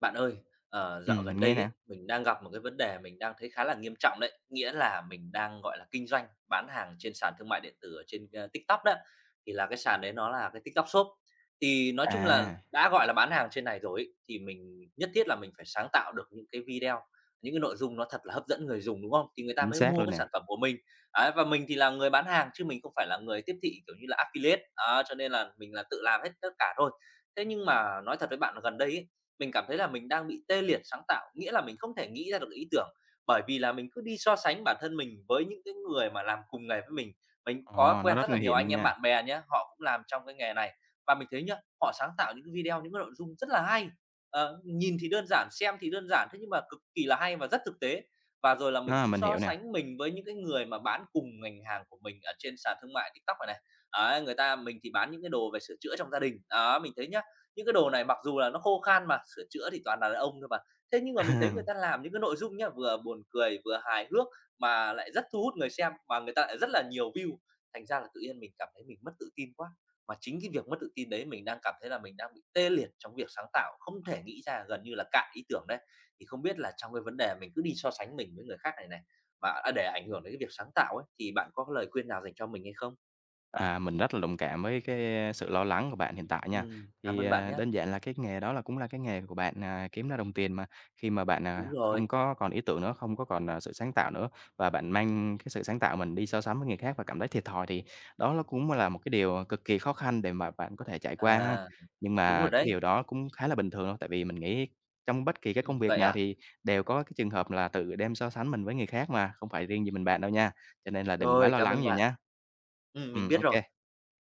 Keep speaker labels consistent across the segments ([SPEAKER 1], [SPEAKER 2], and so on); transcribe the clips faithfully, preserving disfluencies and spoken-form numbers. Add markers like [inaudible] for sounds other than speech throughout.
[SPEAKER 1] Bạn ơi, ờ, dạo
[SPEAKER 2] Ừm, mình
[SPEAKER 1] gần đây
[SPEAKER 2] nghe nè.
[SPEAKER 1] ấy, mình đang gặp một cái vấn đề mình đang thấy khá là nghiêm trọng đấy. Nghĩa là mình đang, gọi là, kinh doanh bán hàng trên sàn thương mại điện tử ở trên, ơ, TikTok đó. Thì là cái sàn đấy nó là cái TikTok Shop. Thì nói chung là
[SPEAKER 2] À,
[SPEAKER 1] đã, gọi là, bán hàng trên này rồi ấy, thì mình nhất thiết là mình phải sáng tạo được những cái video, những cái nội dung nó thật là hấp dẫn người dùng, đúng không? Thì người ta
[SPEAKER 2] chính
[SPEAKER 1] mới
[SPEAKER 2] xác
[SPEAKER 1] mua
[SPEAKER 2] luôn
[SPEAKER 1] cái
[SPEAKER 2] nè.
[SPEAKER 1] sản phẩm của mình. Đấy, và mình thì là người bán hàng chứ mình không phải là người tiếp thị, kiểu như là, affiliate. Đó, cho nên là mình là tự làm hết tất cả thôi. Thế nhưng mà nói thật với bạn là gần đây ấy, mình cảm thấy là mình đang bị tê liệt sáng tạo, nghĩa là mình không thể nghĩ ra được ý tưởng, bởi vì là mình cứ đi so sánh bản thân mình với những cái người mà làm cùng nghề với mình. Mình cũng có
[SPEAKER 2] Ờ, nó
[SPEAKER 1] quen
[SPEAKER 2] rất
[SPEAKER 1] rất là
[SPEAKER 2] nguy
[SPEAKER 1] nhiều
[SPEAKER 2] hiểm
[SPEAKER 1] anh
[SPEAKER 2] luôn
[SPEAKER 1] em
[SPEAKER 2] nha.
[SPEAKER 1] bạn bè nhé họ cũng làm trong cái nghề này và mình thấy nhá, họ sáng tạo những video, những cái nội dung rất là hay. Ờ, nhìn thì đơn giản, xem thì đơn giản, thế nhưng mà cực kỳ là hay và rất thực tế. Và rồi là mình
[SPEAKER 2] Ờ,
[SPEAKER 1] cũng
[SPEAKER 2] mình
[SPEAKER 1] so
[SPEAKER 2] hiểu nè.
[SPEAKER 1] sánh mình với những cái người mà bán cùng ngành hàng của mình ở trên sàn thương mại TikTok này này. Đấy, người ta mình thì bán những cái đồ về sửa chữa trong gia đình. Đó, mình thấy nhá, những cái đồ này mặc dù là nó khô khan mà, sửa chữa thì toàn là đàn ông thôi mà. Thế nhưng mà mình thấy người ta
[SPEAKER 2] [laughs]
[SPEAKER 1] làm những cái nội dung nhá, vừa buồn cười, vừa hài hước mà lại rất thu hút người xem, mà người ta lại rất là nhiều view. Thành ra là tự nhiên mình cảm thấy mình mất tự tin quá, mà chính cái việc mất tự tin đấy mình đang cảm thấy là mình đang bị tê liệt trong việc sáng tạo, không thể nghĩ ra, gần như là cạn ý tưởng đấy. Thì không biết là trong cái vấn đề mình cứ đi so sánh mình với người khác này này, mà à, để ảnh hưởng đến cái việc sáng tạo ấy, thì bạn có lời khuyên nào dành cho mình hay không?
[SPEAKER 2] À, mình rất là đồng cảm với cái sự lo lắng của bạn hiện tại nha.
[SPEAKER 1] Ừm, cảm
[SPEAKER 2] Thì,
[SPEAKER 1] ơn bạn
[SPEAKER 2] à,
[SPEAKER 1] nhé.
[SPEAKER 2] đơn giản là cái nghề đó là cũng là cái nghề của bạn, à, kiếm ra đồng tiền mà. Khi mà bạn, à,
[SPEAKER 1] Đúng
[SPEAKER 2] không
[SPEAKER 1] rồi,
[SPEAKER 2] có còn ý tưởng nữa, không có còn, à, sự sáng tạo nữa và bạn mang cái sự sáng tạo mình đi so sánh với người khác và cảm thấy thiệt thòi thì đó nó cũng là một cái điều cực kỳ khó khăn để mà bạn có thể trải qua ha.
[SPEAKER 1] à,
[SPEAKER 2] Nhưng
[SPEAKER 1] đúng rồi
[SPEAKER 2] mà cái
[SPEAKER 1] đấy.
[SPEAKER 2] điều đó cũng khá là bình thường thôi, tại vì mình nghĩ trong bất kỳ cái công
[SPEAKER 1] Ừm,
[SPEAKER 2] việc
[SPEAKER 1] vậy
[SPEAKER 2] nào
[SPEAKER 1] à?
[SPEAKER 2] thì đều có cái trường hợp là tự đem so sánh mình với người khác mà, không phải riêng gì mình bạn đâu nha. Cho nên là đừng quá
[SPEAKER 1] Rồi,
[SPEAKER 2] lo
[SPEAKER 1] cảm
[SPEAKER 2] lắng
[SPEAKER 1] ơn
[SPEAKER 2] nhiều
[SPEAKER 1] bạn.
[SPEAKER 2] nha.
[SPEAKER 1] Ừm, mình
[SPEAKER 2] Ừ,
[SPEAKER 1] biết
[SPEAKER 2] ok.
[SPEAKER 1] rồi.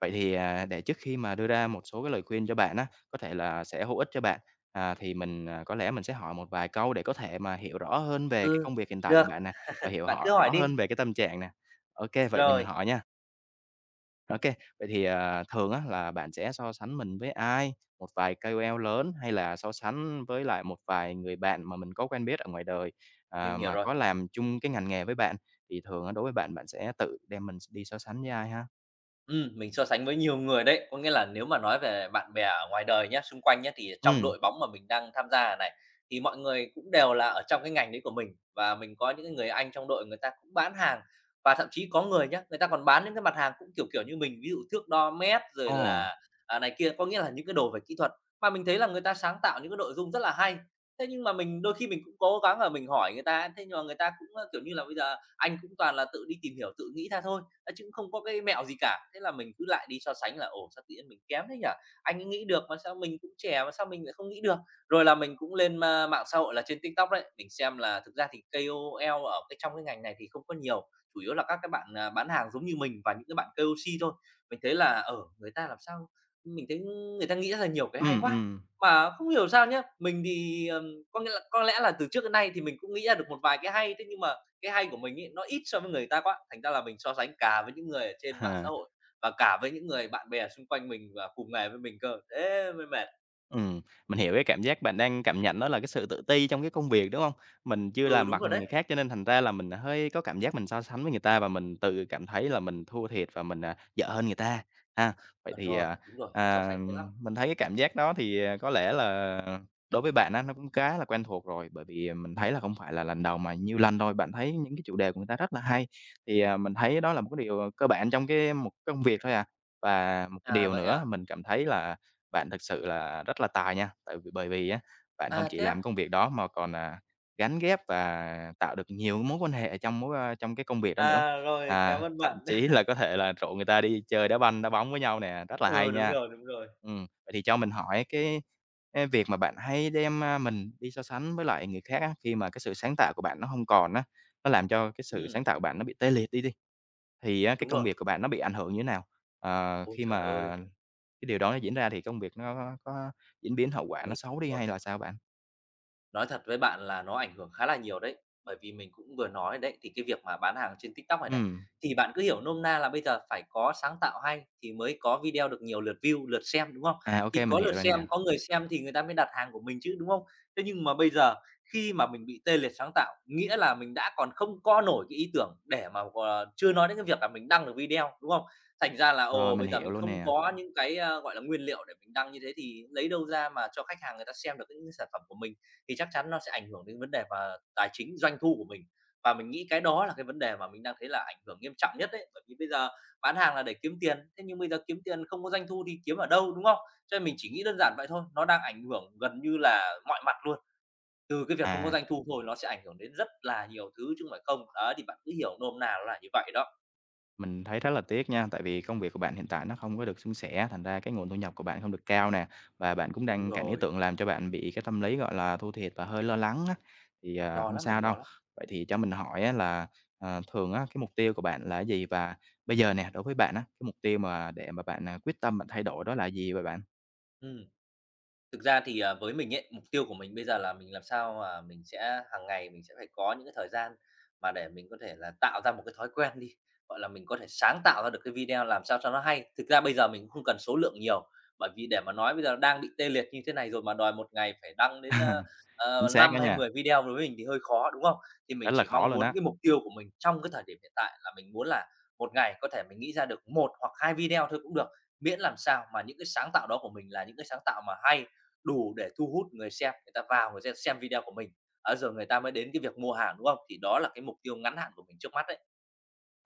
[SPEAKER 2] Vậy thì, à, để trước khi mà đưa ra một số cái lời khuyên cho bạn á, có thể là sẽ hữu ích cho bạn, à, thì mình, à, có lẽ mình sẽ hỏi một vài câu để có thể mà hiểu rõ hơn về cái
[SPEAKER 1] Ừ,
[SPEAKER 2] công việc hiện tại của
[SPEAKER 1] được,
[SPEAKER 2] bạn nè, và
[SPEAKER 1] [laughs]
[SPEAKER 2] hiểu
[SPEAKER 1] bạn cứ
[SPEAKER 2] họ rõ
[SPEAKER 1] hỏi
[SPEAKER 2] hơn
[SPEAKER 1] đi.
[SPEAKER 2] về cái tâm trạng nè. Ok, vậy mình
[SPEAKER 1] Rồi,
[SPEAKER 2] hỏi nha. OK, vậy thì, à, thường á là bạn sẽ so sánh mình với ai? Một vài ca âu eo lớn hay là so sánh với lại một vài người bạn mà mình có quen biết ở ngoài đời, à,
[SPEAKER 1] mình hiểu
[SPEAKER 2] mà
[SPEAKER 1] rồi.
[SPEAKER 2] có làm chung cái ngành nghề với bạn? Thì thường á đối với bạn, bạn sẽ tự đem mình đi so sánh với ai ha?
[SPEAKER 1] Ừm, mình so sánh với nhiều người đấy. Có nghĩa là nếu mà nói về bạn bè ở ngoài đời nhé xung quanh nhé thì trong
[SPEAKER 2] Ừ.
[SPEAKER 1] đội bóng mà mình đang tham gia này, thì mọi người cũng đều là ở trong cái ngành đấy của mình. Và mình có những cái người anh trong đội người ta cũng bán hàng, và thậm chí có người nhé người ta còn bán những cái mặt hàng cũng, kiểu, kiểu, như mình, ví dụ thước đo mét rồi
[SPEAKER 2] Ồ.
[SPEAKER 1] là, à, này kia, có nghĩa là những cái đồ về kỹ thuật. Mà mình thấy là người ta sáng tạo những cái nội dung rất là hay. Thế nhưng mà mình đôi khi mình cũng cố gắng là mình hỏi người ta, thế nhưng mà người ta cũng, ơ, kiểu như là, bây giờ anh cũng toàn là tự đi tìm hiểu, tự nghĩ ra thôi à, chứ cũng không có cái mẹo gì cả, thế là mình cứ lại đi so sánh là ồ sao tự nhiên mình kém thế nhỉ, anh ấy nghĩ được mà sao mình cũng trẻ mà sao mình lại không nghĩ được. Rồi là mình cũng lên à, mạng xã hội là trên tiktok đấy, mình xem là thực ra thì ca âu eo ở cái trong cái ngành này thì không có nhiều, chủ yếu là các cái bạn à, bán hàng giống như mình và những cái bạn kây âu xi thôi. Mình thấy là ở người ta làm sao, mình thấy người ta nghĩ ra nhiều cái hay
[SPEAKER 2] Ừ
[SPEAKER 1] quá,
[SPEAKER 2] ừ.
[SPEAKER 1] mà không hiểu sao nhá, mình thì ừm, có nghĩa là có lẽ là từ trước đến nay thì mình cũng nghĩ ra được một vài cái hay, thế nhưng mà cái hay của mình ấy, nó ít so với người ta quá, thành ra là mình so sánh cả với những người ở trên mạng xã
[SPEAKER 2] [laughs]
[SPEAKER 1] hội và cả với những người bạn bè xung quanh mình và cùng nghề với mình cơ, thế mới mệt.
[SPEAKER 2] Ừm, mình hiểu cái cảm giác bạn đang cảm nhận đó là cái sự tự ti trong cái công việc, đúng không? Mình chưa
[SPEAKER 1] Ừ,
[SPEAKER 2] làm
[SPEAKER 1] đúng rồi
[SPEAKER 2] bằng người
[SPEAKER 1] đấy,
[SPEAKER 2] khác cho nên thành ra là mình à, hơi có cảm giác mình so sánh với người ta và mình tự cảm thấy là mình thua thiệt và mình, à, dở hơn người ta, ha. Vậy
[SPEAKER 1] chuẩn
[SPEAKER 2] thì,
[SPEAKER 1] rồi,
[SPEAKER 2] à,
[SPEAKER 1] đúng rồi, hay so
[SPEAKER 2] à,
[SPEAKER 1] sánh thế lắm.
[SPEAKER 2] mình thấy cái cảm giác đó thì, à, có lẽ là đối với bạn á, nó cũng khá là quen thuộc rồi, bởi vì mình thấy là không phải là lần đầu mà nhiều lần rồi, bạn thấy những cái chủ đề của người ta rất là hay. Thì, à, mình thấy đó là một cái điều cơ bản trong cái một công việc thôi à. Và một cái
[SPEAKER 1] À,
[SPEAKER 2] điều
[SPEAKER 1] vậy
[SPEAKER 2] nữa
[SPEAKER 1] à?
[SPEAKER 2] mình cảm thấy là bạn thực sự là rất là tài nha, tại vì bởi vì á, bạn không
[SPEAKER 1] À,
[SPEAKER 2] chỉ
[SPEAKER 1] thế á?
[SPEAKER 2] làm công việc đó mà còn, à, gắn ghép và tạo được nhiều mối quan hệ trong mối, a trong cái công việc đó nữa.
[SPEAKER 1] À, rồi, cảm
[SPEAKER 2] À,
[SPEAKER 1] ơn
[SPEAKER 2] thậm
[SPEAKER 1] bạn.
[SPEAKER 2] chí
[SPEAKER 1] [laughs]
[SPEAKER 2] là có thể là rủ người ta đi chơi đá banh, đá bóng với nhau nè, rất là hay
[SPEAKER 1] Ừ, đúng
[SPEAKER 2] nha.
[SPEAKER 1] rồi, đúng rồi.
[SPEAKER 2] Ừm, vậy thì cho mình hỏi cái cái việc mà bạn hay đem, a, mình đi so sánh với lại người khác á, khi mà cái sự sáng tạo của bạn nó không còn á, nó làm cho cái sự
[SPEAKER 1] Ừm,
[SPEAKER 2] sáng tạo của bạn nó bị tê liệt đi thì á, cái
[SPEAKER 1] đúng
[SPEAKER 2] công
[SPEAKER 1] rồi.
[SPEAKER 2] việc của bạn nó bị ảnh hưởng như thế nào? Ờ,
[SPEAKER 1] Ôi
[SPEAKER 2] khi
[SPEAKER 1] trời ơi,
[SPEAKER 2] mà cái điều đó nó diễn ra thì công việc nó có diễn biến hậu quả nó
[SPEAKER 1] mình
[SPEAKER 2] xấu đi hay là sao bạn?
[SPEAKER 1] nói thật với bạn là nó ảnh hưởng khá là nhiều đấy, bởi vì mình cũng vừa nói đấy, thì cái việc mà bán hàng trên TikTok này này,
[SPEAKER 2] Ừm,
[SPEAKER 1] thì bạn cứ hiểu nôm na là bây giờ phải có sáng tạo hay thì mới có video được nhiều lượt view, lượt xem, đúng không?
[SPEAKER 2] à, ô
[SPEAKER 1] Thì
[SPEAKER 2] kê, mình
[SPEAKER 1] có lượt
[SPEAKER 2] hiểu rồi nè,
[SPEAKER 1] xem, có người xem thì người ta mới đặt hàng của mình chứ, đúng không? Thế nhưng mà bây giờ khi mà mình bị tê liệt sáng tạo, nghĩa là mình đã còn không co nổi cái ý tưởng để mà, ờ, chưa nói đến cái việc là mình đăng được video, đúng không? Thành ra là,
[SPEAKER 2] rồi,
[SPEAKER 1] ồ,
[SPEAKER 2] mình
[SPEAKER 1] bây giờ
[SPEAKER 2] hiểu
[SPEAKER 1] mình
[SPEAKER 2] luôn
[SPEAKER 1] không
[SPEAKER 2] nè.
[SPEAKER 1] có những cái, a, gọi là, nguyên liệu để mình đăng như thế thì lấy đâu ra mà cho khách hàng người ta xem được những sản phẩm của mình, thì chắc chắn nó sẽ ảnh hưởng đến vấn đề và tài chính doanh thu của mình. Và mình nghĩ cái đó là cái vấn đề mà mình đang thấy là ảnh hưởng nghiêm trọng nhất đấy, bởi vì bây giờ bán hàng là để kiếm tiền, thế nhưng bây giờ kiếm tiền không có doanh thu thì kiếm ở đâu, đúng không? Cho nên mình chỉ nghĩ đơn giản vậy thôi, nó đang ảnh hưởng gần như là mọi mặt luôn, từ cái việc không có
[SPEAKER 2] À.
[SPEAKER 1] doanh thu thôi nó sẽ ảnh hưởng đến rất là nhiều thứ chứ không phải không. Đó, thì bạn cứ hiểu nôm na là như vậy đó.
[SPEAKER 2] Mình thấy rất là tiếc nha, tại vì công việc của bạn hiện tại nó không có được suôn sẻ, thành ra cái nguồn thu nhập của bạn không được cao nè, và bạn cũng
[SPEAKER 1] Đúng
[SPEAKER 2] đang cảnh ý
[SPEAKER 1] rồi,
[SPEAKER 2] tưởng làm cho bạn bị cái tâm lý, gọi là, thua thiệt và hơi lo lắng á. Thì, à,
[SPEAKER 1] lo
[SPEAKER 2] không
[SPEAKER 1] lắm,
[SPEAKER 2] sao
[SPEAKER 1] mình
[SPEAKER 2] đâu.
[SPEAKER 1] lo lắm.
[SPEAKER 2] Vậy thì cho mình hỏi á là, ờ, thường á, cái mục tiêu của bạn là cái gì? Và bây giờ nè, đối với bạn á, cái mục tiêu mà để mà bạn, à, quyết tâm bạn thay đổi đó là gì vậy bạn?
[SPEAKER 1] Ừm. Thực ra thì, à, với mình ấy, mục tiêu của mình bây giờ là mình làm sao mà mình sẽ hàng ngày mình sẽ phải có những cái thời gian mà để mình có thể là tạo ra một cái thói quen đi, gọi là, mình có thể sáng tạo ra được cái video làm sao cho nó hay. Thực ra bây giờ mình cũng không cần số lượng nhiều, bởi vì để mà nói bây giờ đang bị tê liệt như thế này rồi mà đòi một ngày phải đăng đến, ơ,
[SPEAKER 2] [laughs] Chính
[SPEAKER 1] ờ,
[SPEAKER 2] xác đó
[SPEAKER 1] hay
[SPEAKER 2] nha,
[SPEAKER 1] mười video đối với mình thì hơi khó, đúng không? Thì mình
[SPEAKER 2] rất là
[SPEAKER 1] chỉ
[SPEAKER 2] khó
[SPEAKER 1] mong
[SPEAKER 2] luôn
[SPEAKER 1] muốn
[SPEAKER 2] á.
[SPEAKER 1] cái mục tiêu của mình trong cái thời điểm hiện tại là mình muốn là một ngày có thể mình nghĩ ra được một hoặc hai video thôi cũng được, miễn làm sao mà những cái sáng tạo đó của mình là những cái sáng tạo mà hay, đủ để thu hút người xem, người ta vào người ta xem video của mình, ấy, rồi người ta mới đến cái việc mua hàng, đúng không? Thì đó là cái mục tiêu ngắn hạn của mình trước mắt đấy.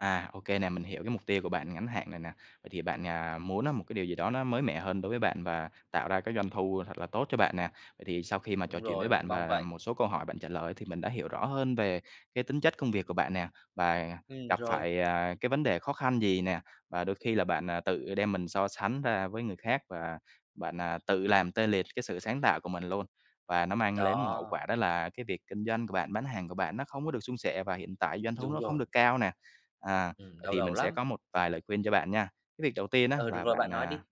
[SPEAKER 2] À, ok nè, mình hiểu cái mục tiêu của bạn ngắn hạn này nè. Vậy thì bạn, à, muốn á một cái điều gì đó nó mới mẻ hơn đối với bạn và tạo ra cái doanh thu thật là tốt cho bạn nè. Vậy thì sau khi mà trò
[SPEAKER 1] Đúng
[SPEAKER 2] chuyện với
[SPEAKER 1] rồi,
[SPEAKER 2] bạn
[SPEAKER 1] mình mong
[SPEAKER 2] và
[SPEAKER 1] vậy.
[SPEAKER 2] một số câu hỏi bạn trả lời thì mình đã hiểu rõ hơn về cái tính chất công việc của bạn nè, và
[SPEAKER 1] Ừ
[SPEAKER 2] gặp
[SPEAKER 1] rồi,
[SPEAKER 2] phải, à, cái vấn đề khó khăn gì nè, và đôi khi là bạn, à, tự đem mình so sánh ra với người khác và bạn, à, tự làm tê liệt cái sự sáng tạo của mình luôn. Và nó mang đến một hậu
[SPEAKER 1] đó,
[SPEAKER 2] quả đó là cái việc kinh doanh của bạn, bán hàng của bạn nó không có được suôn sẻ và hiện tại doanh thu
[SPEAKER 1] đúng
[SPEAKER 2] nó không
[SPEAKER 1] rồi,
[SPEAKER 2] được cao nè. À,
[SPEAKER 1] ừm,
[SPEAKER 2] vậy
[SPEAKER 1] đau
[SPEAKER 2] thì
[SPEAKER 1] đầu
[SPEAKER 2] mình sẽ
[SPEAKER 1] lắm.
[SPEAKER 2] có một vài lời khuyên cho bạn nha. Cái việc đầu tiên á
[SPEAKER 1] Ừ, được
[SPEAKER 2] là
[SPEAKER 1] rồi,
[SPEAKER 2] bạn,
[SPEAKER 1] bạn nói
[SPEAKER 2] à
[SPEAKER 1] đi.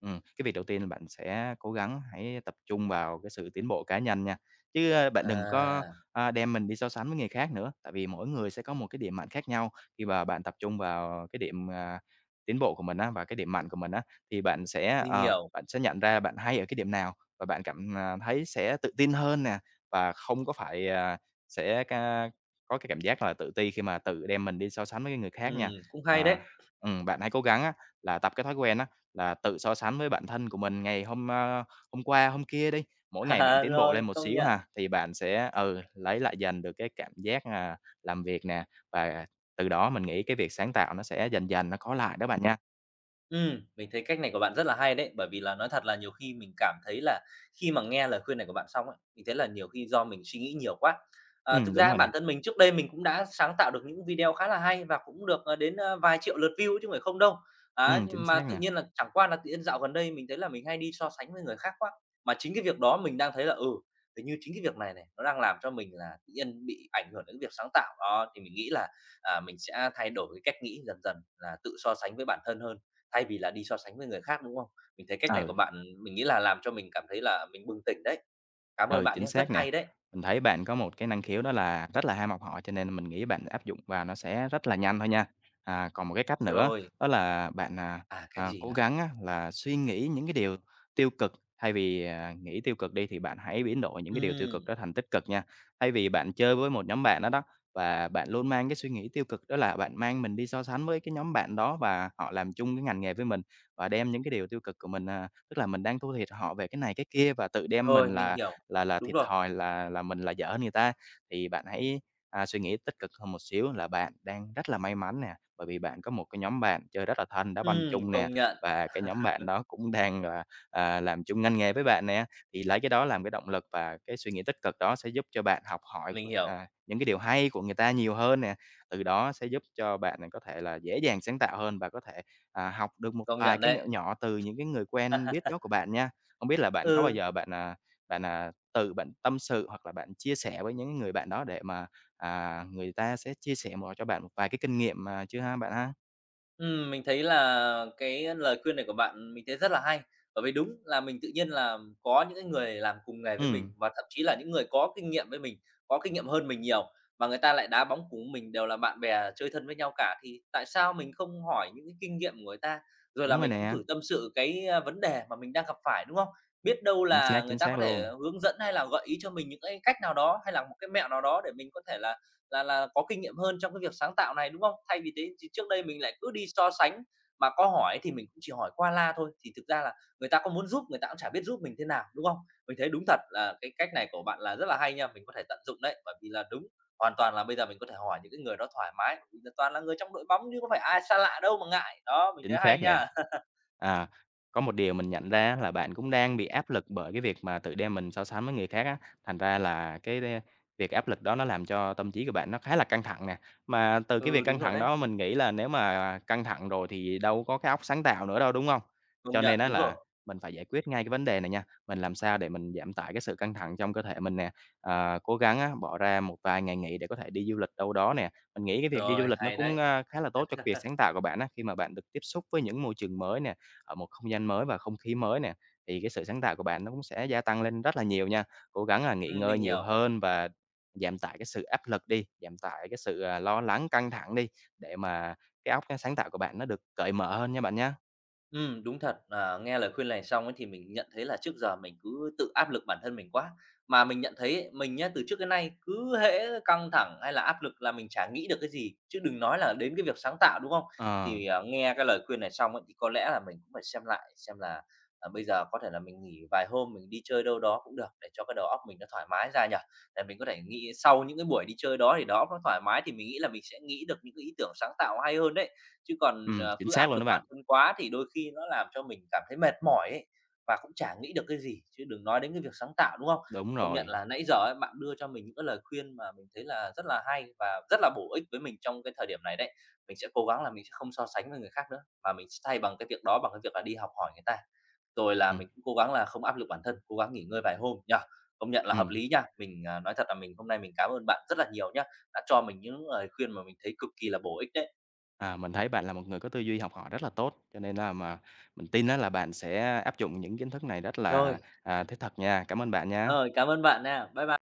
[SPEAKER 2] ừm, cái việc đầu tiên là bạn sẽ cố gắng hãy tập trung vào cái sự tiến bộ cá nhân nha, chứ, a, bạn đừng có,
[SPEAKER 1] À,
[SPEAKER 2] a, đem mình đi so sánh với người khác nữa, tại vì mỗi người sẽ có một cái điểm mạnh khác nhau. Khi mà bạn tập trung vào cái điểm, à, tiến bộ của mình á và cái điểm mạnh của mình á, thì bạn sẽ,
[SPEAKER 1] mình
[SPEAKER 2] ờ,
[SPEAKER 1] hiểu.
[SPEAKER 2] bạn sẽ nhận ra bạn hay ở cái điểm nào và bạn cảm, à, thấy sẽ tự tin hơn nè, và không có phải, à, sẽ ca có cái cảm giác là tự ti khi mà tự đem mình đi so sánh với cái người khác nha.
[SPEAKER 1] Ừ cũng hay
[SPEAKER 2] À,
[SPEAKER 1] đấy. [laughs]
[SPEAKER 2] ừm, bạn hãy cố gắng á là tập cái thói quen á là tự so sánh với bản thân của mình ngày hôm, a, hôm qua, hôm kia đi, mỗi ngày bạn
[SPEAKER 1] À,
[SPEAKER 2] tiến bộ lên
[SPEAKER 1] rồi,
[SPEAKER 2] một
[SPEAKER 1] công
[SPEAKER 2] xíu
[SPEAKER 1] nhận.
[SPEAKER 2] ha, thì bạn sẽ, ừ, lấy lại dần được cái cảm giác, à, làm việc nè, và từ đó mình nghĩ cái việc sáng tạo nó sẽ dần dần nó có lại đó bạn nha.
[SPEAKER 1] Ừm, mình thấy cách này của bạn rất là hay đấy, bởi vì là nói thật là nhiều khi mình cảm thấy là khi mà nghe lời khuyên này của bạn xong ấy, mình thấy là nhiều khi do mình suy nghĩ nhiều quá. À,
[SPEAKER 2] Ừ
[SPEAKER 1] thực
[SPEAKER 2] đúng
[SPEAKER 1] ra
[SPEAKER 2] rồi nè.
[SPEAKER 1] bản thân mình trước đây mình cũng đã sáng tạo được những video khá là hay và cũng được, ờ, đến, ơ, vài triệu lượt view chứ không phải không đâu.
[SPEAKER 2] Ừ
[SPEAKER 1] Á,
[SPEAKER 2] chính
[SPEAKER 1] nhưng mà
[SPEAKER 2] xác
[SPEAKER 1] tự
[SPEAKER 2] nè.
[SPEAKER 1] nhiên là chẳng qua là tự nhiên dạo gần đây mình thấy là mình hay đi so sánh với người khác quá, mà chính cái việc đó mình đang thấy là, ừ, hình như chính cái việc này này, nó đang làm cho mình là tự nhiên bị ảnh hưởng đến cái việc sáng tạo. Đó, thì mình nghĩ là, à, mình sẽ thay đổi cái cách nghĩ dần dần là tự so sánh với bản thân hơn. Thay vì là đi so sánh với người khác, đúng không? Mình thấy cách này
[SPEAKER 2] Ừ.
[SPEAKER 1] của bạn mình nghĩ là làm cho mình cảm thấy là mình bừng tỉnh đấy. Cảm ơn
[SPEAKER 2] Ừ,
[SPEAKER 1] bạn
[SPEAKER 2] chính
[SPEAKER 1] nhé, rất
[SPEAKER 2] xác nè.
[SPEAKER 1] hay đấy.
[SPEAKER 2] Mình thấy bạn có một cái năng khiếu đó là rất là ham học hỏi cho nên mình nghĩ bạn áp dụng vào nó sẽ rất là nhanh thôi nha. À, còn một cái cách nữa
[SPEAKER 1] Rồi,
[SPEAKER 2] đó là bạn, à,
[SPEAKER 1] à, cách
[SPEAKER 2] à,
[SPEAKER 1] gì
[SPEAKER 2] cố
[SPEAKER 1] nào?
[SPEAKER 2] gắng á là suy nghĩ những cái điều tiêu cực, thay vì, à, nghĩ tiêu cực đi thì bạn hãy biến đổi những cái điều tiêu cực
[SPEAKER 1] Ừm,
[SPEAKER 2] đó thành tích cực nha. Thay vì bạn chơi với một nhóm bạn đó đó, và bạn luôn mang cái suy nghĩ tiêu cực đó là bạn mang mình đi so sánh với cái nhóm bạn đó và họ làm chung cái ngành nghề với mình, và đem những cái điều tiêu cực của mình, à, tức là mình đang thua thiệt họ về cái này cái kia và tự đem mình
[SPEAKER 1] rồi, mình
[SPEAKER 2] là
[SPEAKER 1] hiểu.
[SPEAKER 2] là là
[SPEAKER 1] Đúng
[SPEAKER 2] thiệt
[SPEAKER 1] rồi.
[SPEAKER 2] thòi, là là mình là dở hơn người ta. Thì bạn hãy, à, suy nghĩ tích cực hơn một xíu là bạn đang rất là may mắn nè, bởi vì bạn có một cái nhóm bạn chơi rất là thân, đá banh
[SPEAKER 1] Ừm,
[SPEAKER 2] chung nè,
[SPEAKER 1] công nhận,
[SPEAKER 2] và cái nhóm bạn đó cũng đang là, à, làm chung ngành nghề với bạn nè. Thì lấy cái đó làm cái động lực và cái suy nghĩ tích cực đó sẽ giúp cho bạn học hỏi,
[SPEAKER 1] mình hiểu,
[SPEAKER 2] à, những cái điều hay của người ta nhiều hơn nè, từ đó sẽ giúp cho bạn này có thể là dễ dàng sáng tạo hơn và có thể, à, học được một
[SPEAKER 1] công
[SPEAKER 2] vài
[SPEAKER 1] nhận
[SPEAKER 2] cái mẹo
[SPEAKER 1] đấy.
[SPEAKER 2] nhỏ từ những cái người quen biết đó của bạn nha. Không biết là bạn có bao
[SPEAKER 1] Ừ.
[SPEAKER 2] giờ bạn, à, bạn, à từ bạn tâm sự hoặc là bạn chia sẻ với những người bạn đó để mà, à, người ta sẽ chia sẻ một cho bạn một vài cái kinh nghiệm mà chưa ha, bạn ha?
[SPEAKER 1] Ừm, mình thấy là cái lời khuyên này của bạn mình thấy rất là hay. Bởi vì đúng là mình tự nhiên là có những cái người làm cùng nghề với
[SPEAKER 2] Ừm,
[SPEAKER 1] mình và thậm chí là những người có kinh nghiệm với mình, có kinh nghiệm hơn mình nhiều mà người ta lại đá bóng cùng mình đều là bạn bè chơi thân với nhau cả, thì tại sao mình không hỏi những cái kinh nghiệm của người ta? Rồi là
[SPEAKER 2] đúng rồi
[SPEAKER 1] mình cũng
[SPEAKER 2] nè,
[SPEAKER 1] thử tâm sự cái, a, vấn đề mà mình đang gặp phải, đúng không? Biết đâu
[SPEAKER 2] chính xác,
[SPEAKER 1] là người
[SPEAKER 2] chính
[SPEAKER 1] ta có
[SPEAKER 2] xác luôn.
[SPEAKER 1] thể hướng dẫn hay là gợi ý cho mình những cái cách nào đó, hay là một cái mẹo nào đó để mình có thể là là là có kinh nghiệm hơn trong cái việc sáng tạo này, đúng không? Thay vì thế thì trước đây mình lại cứ đi so sánh, mà có hỏi thì mình cũng chỉ hỏi qua la thôi, thì thực ra là người ta có muốn giúp người ta cũng chả biết giúp mình thế nào, đúng không? Mình thấy đúng thật là cái cách này của bạn là rất là hay nha, mình có thể tận dụng đấy, bởi vì là đúng, hoàn toàn là bây giờ mình có thể hỏi những cái người đó thoải mái, bởi vì là toàn là người trong đội bóng chứ có phải ai xa lạ đâu mà ngại. Đó, mình
[SPEAKER 2] Chính
[SPEAKER 1] thấy hay
[SPEAKER 2] xác nè.
[SPEAKER 1] nha. [laughs]
[SPEAKER 2] À, có một điều mình nhận ra á là bạn cũng đang bị áp lực bởi cái việc mà tự đem mình so sánh với người khác á, thành ra là cái đe việc áp lực đó nó làm cho tâm trí của bạn nó khá là căng thẳng nè. Mà từ cái
[SPEAKER 1] Ừ,
[SPEAKER 2] việc căng
[SPEAKER 1] đúng rồi
[SPEAKER 2] thẳng
[SPEAKER 1] đấy,
[SPEAKER 2] đó mình nghĩ là nếu mà căng thẳng rồi thì đâu có cái óc sáng tạo nữa đâu, đúng không?
[SPEAKER 1] công
[SPEAKER 2] Cho
[SPEAKER 1] nhận,
[SPEAKER 2] nên đó
[SPEAKER 1] đúng rồi.
[SPEAKER 2] là mình phải giải quyết ngay cái vấn đề này nha, mình làm sao để mình giảm tải cái sự căng thẳng trong cơ thể mình nè, ờ, cố gắng á bỏ ra một vài ngày nghỉ để có thể đi du lịch đâu đó nè, mình nghĩ cái việc đi du
[SPEAKER 1] Rồi,
[SPEAKER 2] lịch nó
[SPEAKER 1] hay
[SPEAKER 2] cũng,
[SPEAKER 1] đấy.
[SPEAKER 2] a, khá là tốt cho cái việc sáng tạo của bạn á, khi mà bạn được tiếp xúc với những môi trường mới nè, ở một không gian mới và không khí mới nè, thì cái sự sáng tạo của bạn nó cũng sẽ gia tăng lên rất là nhiều nha. Cố gắng là nghỉ
[SPEAKER 1] Ừm,
[SPEAKER 2] ngơi
[SPEAKER 1] mình
[SPEAKER 2] nhiều
[SPEAKER 1] hiểu.
[SPEAKER 2] hơn và giảm tải cái sự áp lực đi, giảm tải cái sự, à, lo lắng, căng thẳng đi, để mà cái óc, cái sáng tạo của bạn nó được cởi mở hơn nha bạn nhá.
[SPEAKER 1] Ừ đúng thật. Ờ, Nghe lời khuyên này xong ấy thì mình nhận thấy là trước giờ mình cứ tự áp lực bản thân mình quá, mà mình nhận thấy ấy, mình nhá, từ trước đến nay cứ hễ căng thẳng hay là áp lực là mình chả nghĩ được cái gì, chứ đừng nói là đến cái việc sáng tạo, đúng không?
[SPEAKER 2] Ờ,
[SPEAKER 1] Thì, ờ, nghe cái lời khuyên này xong ấy, thì có lẽ là mình cũng phải xem lại xem là, à, bây giờ có thể là mình nghỉ vài hôm, mình đi chơi đâu đó cũng được để cho cái đầu óc mình nó thoải mái ra nhở. Để mình có thể nghĩ sau những cái buổi đi chơi đó thì đầu óc nó thoải mái thì mình nghĩ là mình sẽ nghĩ được những cái ý tưởng sáng tạo hay hơn đấy. Chứ còn,
[SPEAKER 2] ừm,
[SPEAKER 1] ờ,
[SPEAKER 2] chính
[SPEAKER 1] cứ
[SPEAKER 2] xác
[SPEAKER 1] áp
[SPEAKER 2] luôn
[SPEAKER 1] lực
[SPEAKER 2] đó
[SPEAKER 1] bản
[SPEAKER 2] bạn.
[SPEAKER 1] thân quá thì đôi khi nó làm cho mình cảm thấy mệt mỏi ấy, và cũng chả nghĩ được cái gì, chứ đừng nói đến cái việc sáng tạo, đúng không?
[SPEAKER 2] Đúng
[SPEAKER 1] Công nhận
[SPEAKER 2] rồi.
[SPEAKER 1] là nãy giờ ấy, bạn đưa cho mình những cái lời khuyên mà mình thấy là rất là hay và rất là bổ ích với mình trong cái thời điểm này đấy. Mình sẽ cố gắng là mình sẽ không so sánh với người khác nữa, mà mình sẽ thay bằng cái việc đó bằng cái việc là đi học hỏi người ta. Rồi là
[SPEAKER 2] Ừm,
[SPEAKER 1] mình cũng cố gắng là không áp lực bản thân, cố gắng nghỉ ngơi vài hôm nhá. Công nhận là hợp
[SPEAKER 2] ừm.
[SPEAKER 1] lý nha. Mình, à, nói thật là mình hôm nay mình cảm ơn bạn rất là nhiều nhá, đã cho mình những lời khuyên mà mình thấy cực kỳ là bổ ích đấy.
[SPEAKER 2] À, mình thấy bạn là một người có tư duy học hỏi rất là tốt, cho nên là mà mình tin á là bạn sẽ áp dụng những kiến thức này rất là,
[SPEAKER 1] Rồi.
[SPEAKER 2] à, thiết thực nha. Cảm ơn bạn nha.
[SPEAKER 1] Rồi, cảm ơn bạn nha. Bye bye.